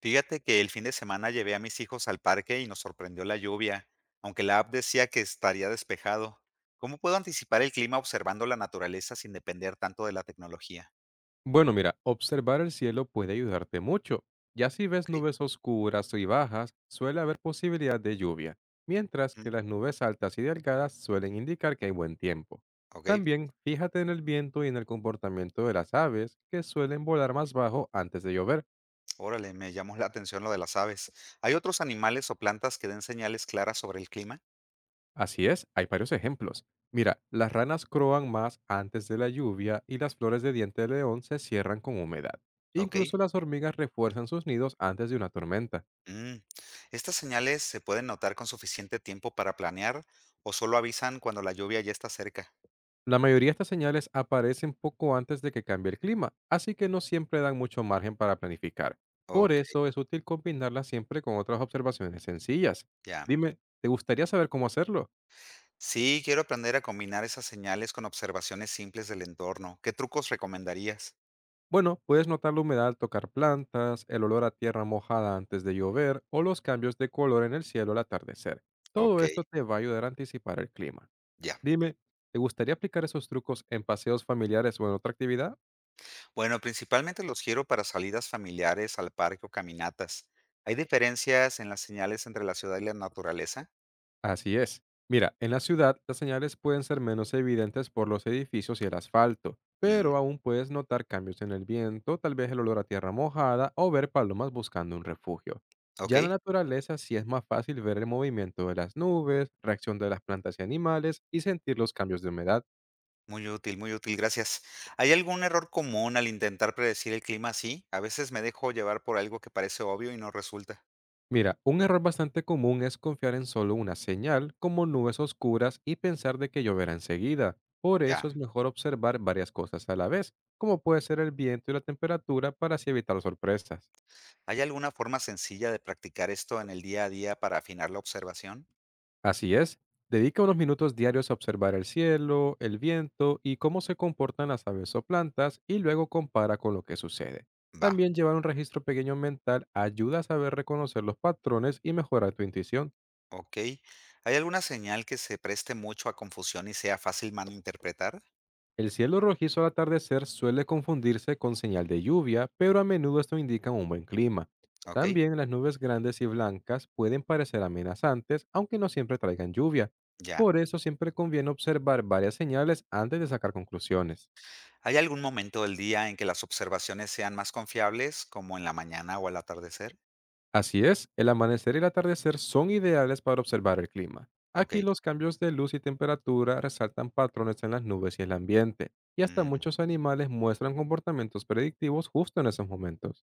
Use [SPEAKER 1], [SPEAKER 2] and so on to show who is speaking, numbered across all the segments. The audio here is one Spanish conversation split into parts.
[SPEAKER 1] Fíjate que el fin de semana llevé a mis hijos al parque y nos sorprendió la lluvia, aunque la app decía que estaría despejado. ¿Cómo puedo anticipar el clima observando la naturaleza sin depender tanto de la tecnología?
[SPEAKER 2] Bueno, mira, observar el cielo puede ayudarte mucho. Ya si ves
[SPEAKER 1] Ok.
[SPEAKER 2] nubes oscuras y bajas, suele haber posibilidad de lluvia, mientras
[SPEAKER 1] Mm.
[SPEAKER 2] que las nubes altas y delgadas suelen indicar que hay buen tiempo.
[SPEAKER 1] Ok.
[SPEAKER 2] También fíjate en el viento y en el comportamiento de las aves, que suelen volar más bajo antes de llover.
[SPEAKER 1] Órale, me llamó la atención lo de las aves. ¿Hay otros animales o plantas que den señales claras sobre el clima?
[SPEAKER 2] Así es, hay varios ejemplos. Mira, las ranas croan más antes de la lluvia y las flores de diente de león se cierran con humedad.
[SPEAKER 1] Ok.
[SPEAKER 2] Incluso las hormigas refuerzan sus nidos antes de una tormenta.
[SPEAKER 1] Mm. ¿Estas señales se pueden notar con suficiente tiempo para planear o solo avisan cuando la lluvia ya está cerca?
[SPEAKER 2] La mayoría de estas señales aparecen poco antes de que cambie el clima, así que no siempre dan mucho margen para planificar. Por
[SPEAKER 1] Ok,
[SPEAKER 2] eso es útil combinarlas siempre con otras observaciones sencillas.
[SPEAKER 1] ya.
[SPEAKER 2] Dime, ¿te gustaría saber cómo hacerlo?
[SPEAKER 1] Sí, quiero aprender a combinar esas señales con observaciones simples del entorno. ¿Qué trucos recomendarías?
[SPEAKER 2] Bueno, puedes notar la humedad al tocar plantas, el olor a tierra mojada antes de llover o los cambios de color en el cielo al atardecer. Todo
[SPEAKER 1] Ok,
[SPEAKER 2] esto te va a ayudar a anticipar el clima.
[SPEAKER 1] ya.
[SPEAKER 2] Dime, ¿te gustaría aplicar esos trucos en paseos familiares o en otra actividad?
[SPEAKER 1] Bueno, principalmente los quiero para salidas familiares al parque o caminatas. ¿Hay diferencias en las señales entre la ciudad y la naturaleza?
[SPEAKER 2] Así es. Mira, en la ciudad las señales pueden ser menos evidentes por los edificios y el asfalto,
[SPEAKER 1] Mm,
[SPEAKER 2] pero aún puedes notar cambios en el viento, tal vez el olor a tierra mojada o ver palomas buscando un refugio.
[SPEAKER 1] ok,
[SPEAKER 2] Ya en la naturaleza sí es más fácil ver el movimiento de las nubes, reacción de las plantas y animales y sentir los cambios de humedad.
[SPEAKER 1] muy útil, gracias. ¿Hay algún error común al intentar predecir el clima así? A veces me dejo llevar por algo que parece obvio y no resulta.
[SPEAKER 2] Mira, un error bastante común es confiar en solo una señal, como nubes oscuras, y pensar de que lloverá enseguida. Por eso
[SPEAKER 1] Ya.
[SPEAKER 2] es mejor observar varias cosas a la vez, como puede ser el viento y la temperatura, para así evitar sorpresas.
[SPEAKER 1] ¿Hay alguna forma sencilla de practicar esto en el día a día para afinar la observación?
[SPEAKER 2] Así es, dedica unos minutos diarios a observar el cielo, el viento y cómo se comportan las aves o plantas, y luego compara con lo que sucede.
[SPEAKER 1] Va.
[SPEAKER 2] También llevar un registro pequeño mental ayuda a saber reconocer los patrones y mejorar tu intuición.
[SPEAKER 1] Ok. ¿Hay alguna señal que se preste mucho a confusión y sea fácil malinterpretar?
[SPEAKER 2] El cielo rojizo al atardecer suele confundirse con señal de lluvia, pero a menudo esto indica un buen clima.
[SPEAKER 1] Ok,
[SPEAKER 2] También las nubes grandes y blancas pueden parecer amenazantes, aunque no siempre traigan lluvia.
[SPEAKER 1] ya.
[SPEAKER 2] Por eso siempre conviene observar varias señales antes de sacar conclusiones.
[SPEAKER 1] ¿Hay algún momento del día en que las observaciones sean más confiables, como en la mañana o al atardecer?
[SPEAKER 2] Así es, el amanecer y el atardecer son ideales para observar el clima.
[SPEAKER 1] Ok.
[SPEAKER 2] Aquí los cambios de luz y temperatura resaltan patrones en las nubes y el ambiente, y hasta
[SPEAKER 1] Mm.
[SPEAKER 2] muchos animales muestran comportamientos predictivos justo en esos momentos.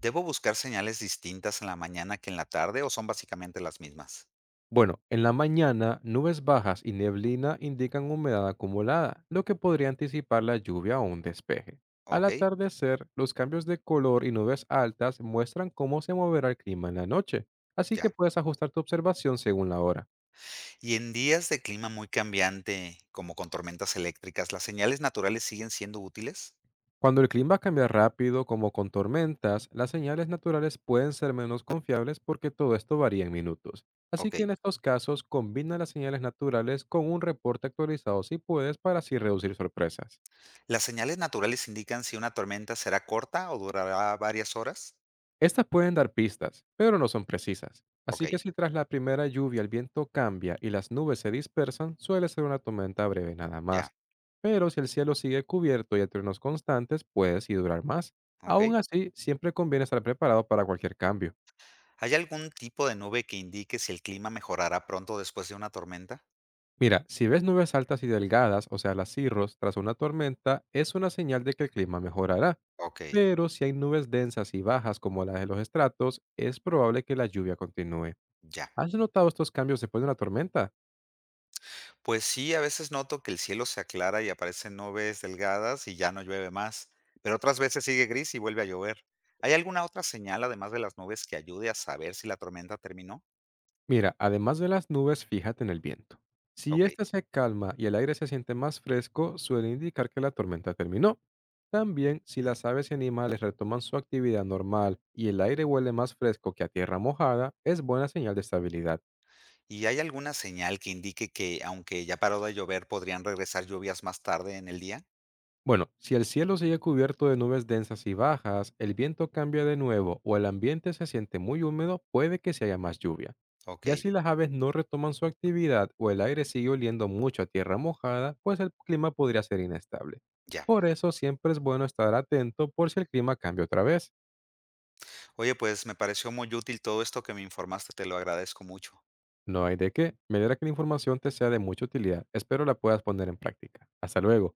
[SPEAKER 1] ¿Debo buscar señales distintas en la mañana que en la tarde o son básicamente las mismas?
[SPEAKER 2] Bueno, en la mañana, nubes bajas y neblina indican humedad acumulada, lo que podría anticipar la lluvia o un despeje. Al
[SPEAKER 1] Ok,
[SPEAKER 2] atardecer, los cambios de color y nubes altas muestran cómo se moverá el clima en la noche, así
[SPEAKER 1] ya.
[SPEAKER 2] que puedes ajustar tu observación según la hora.
[SPEAKER 1] ¿Y en días de clima muy cambiante, como con tormentas eléctricas, las señales naturales siguen siendo útiles?
[SPEAKER 2] Cuando el clima cambia rápido, como con tormentas, las señales naturales pueden ser menos confiables porque todo esto varía en minutos. Así
[SPEAKER 1] Ok.
[SPEAKER 2] que en estos casos, combina las señales naturales con un reporte actualizado si puedes para así reducir sorpresas.
[SPEAKER 1] ¿Las señales naturales indican si una tormenta será corta o durará varias horas?
[SPEAKER 2] Estas pueden dar pistas, pero no son precisas. Así que
[SPEAKER 1] Okey,
[SPEAKER 2] si tras la primera lluvia el viento cambia y las nubes se dispersan, suele ser una tormenta breve nada
[SPEAKER 1] ya,
[SPEAKER 2] más. Pero si el cielo sigue cubierto y hay truenos constantes, puede sí durar más.
[SPEAKER 1] okey.
[SPEAKER 2] Aún así, siempre conviene estar preparado para cualquier cambio.
[SPEAKER 1] ¿Hay algún tipo de nube que indique si el clima mejorará pronto después de una tormenta?
[SPEAKER 2] Mira, si ves nubes altas y delgadas, o sea, las cirros, tras una tormenta, es una señal de que el clima mejorará.
[SPEAKER 1] Okey,
[SPEAKER 2] Pero si hay nubes densas y bajas como las de los estratos, es probable que la lluvia continúe.
[SPEAKER 1] ya.
[SPEAKER 2] ¿Has notado estos cambios después de una tormenta?
[SPEAKER 1] Pues sí, a veces noto que el cielo se aclara y aparecen nubes delgadas y ya no llueve más, pero otras veces sigue gris y vuelve a llover. ¿Hay alguna otra señal, además de las nubes, que ayude a saber si la tormenta terminó?
[SPEAKER 2] Mira, además de las nubes, fíjate en el viento. Si
[SPEAKER 1] Okey,
[SPEAKER 2] éste se calma y el aire se siente más fresco, suele indicar que la tormenta terminó. También, si
[SPEAKER 1] mm.
[SPEAKER 2] las aves y animales retoman su actividad normal y el aire huele más fresco que a tierra mojada, es buena señal de estabilidad.
[SPEAKER 1] ¿Y hay alguna señal que indique que, aunque ya paró de llover, podrían regresar lluvias más tarde en el día?
[SPEAKER 2] Bueno, si el cielo sigue cubierto de nubes densas y bajas, el viento cambia de nuevo o el ambiente se siente muy húmedo, puede que se haya más lluvia. Ya si
[SPEAKER 1] Okey,
[SPEAKER 2] las aves no retoman su actividad o el aire sigue oliendo mucho a tierra mojada, pues el clima podría ser inestable.
[SPEAKER 1] ya.
[SPEAKER 2] Por eso siempre es bueno estar atento por si el clima cambia otra vez.
[SPEAKER 1] Oye, pues me pareció muy útil todo esto que me informaste, te lo agradezco mucho.
[SPEAKER 2] No hay de qué. Me alegra que la información te sea de mucha utilidad. Espero la puedas poner en práctica. Hasta luego.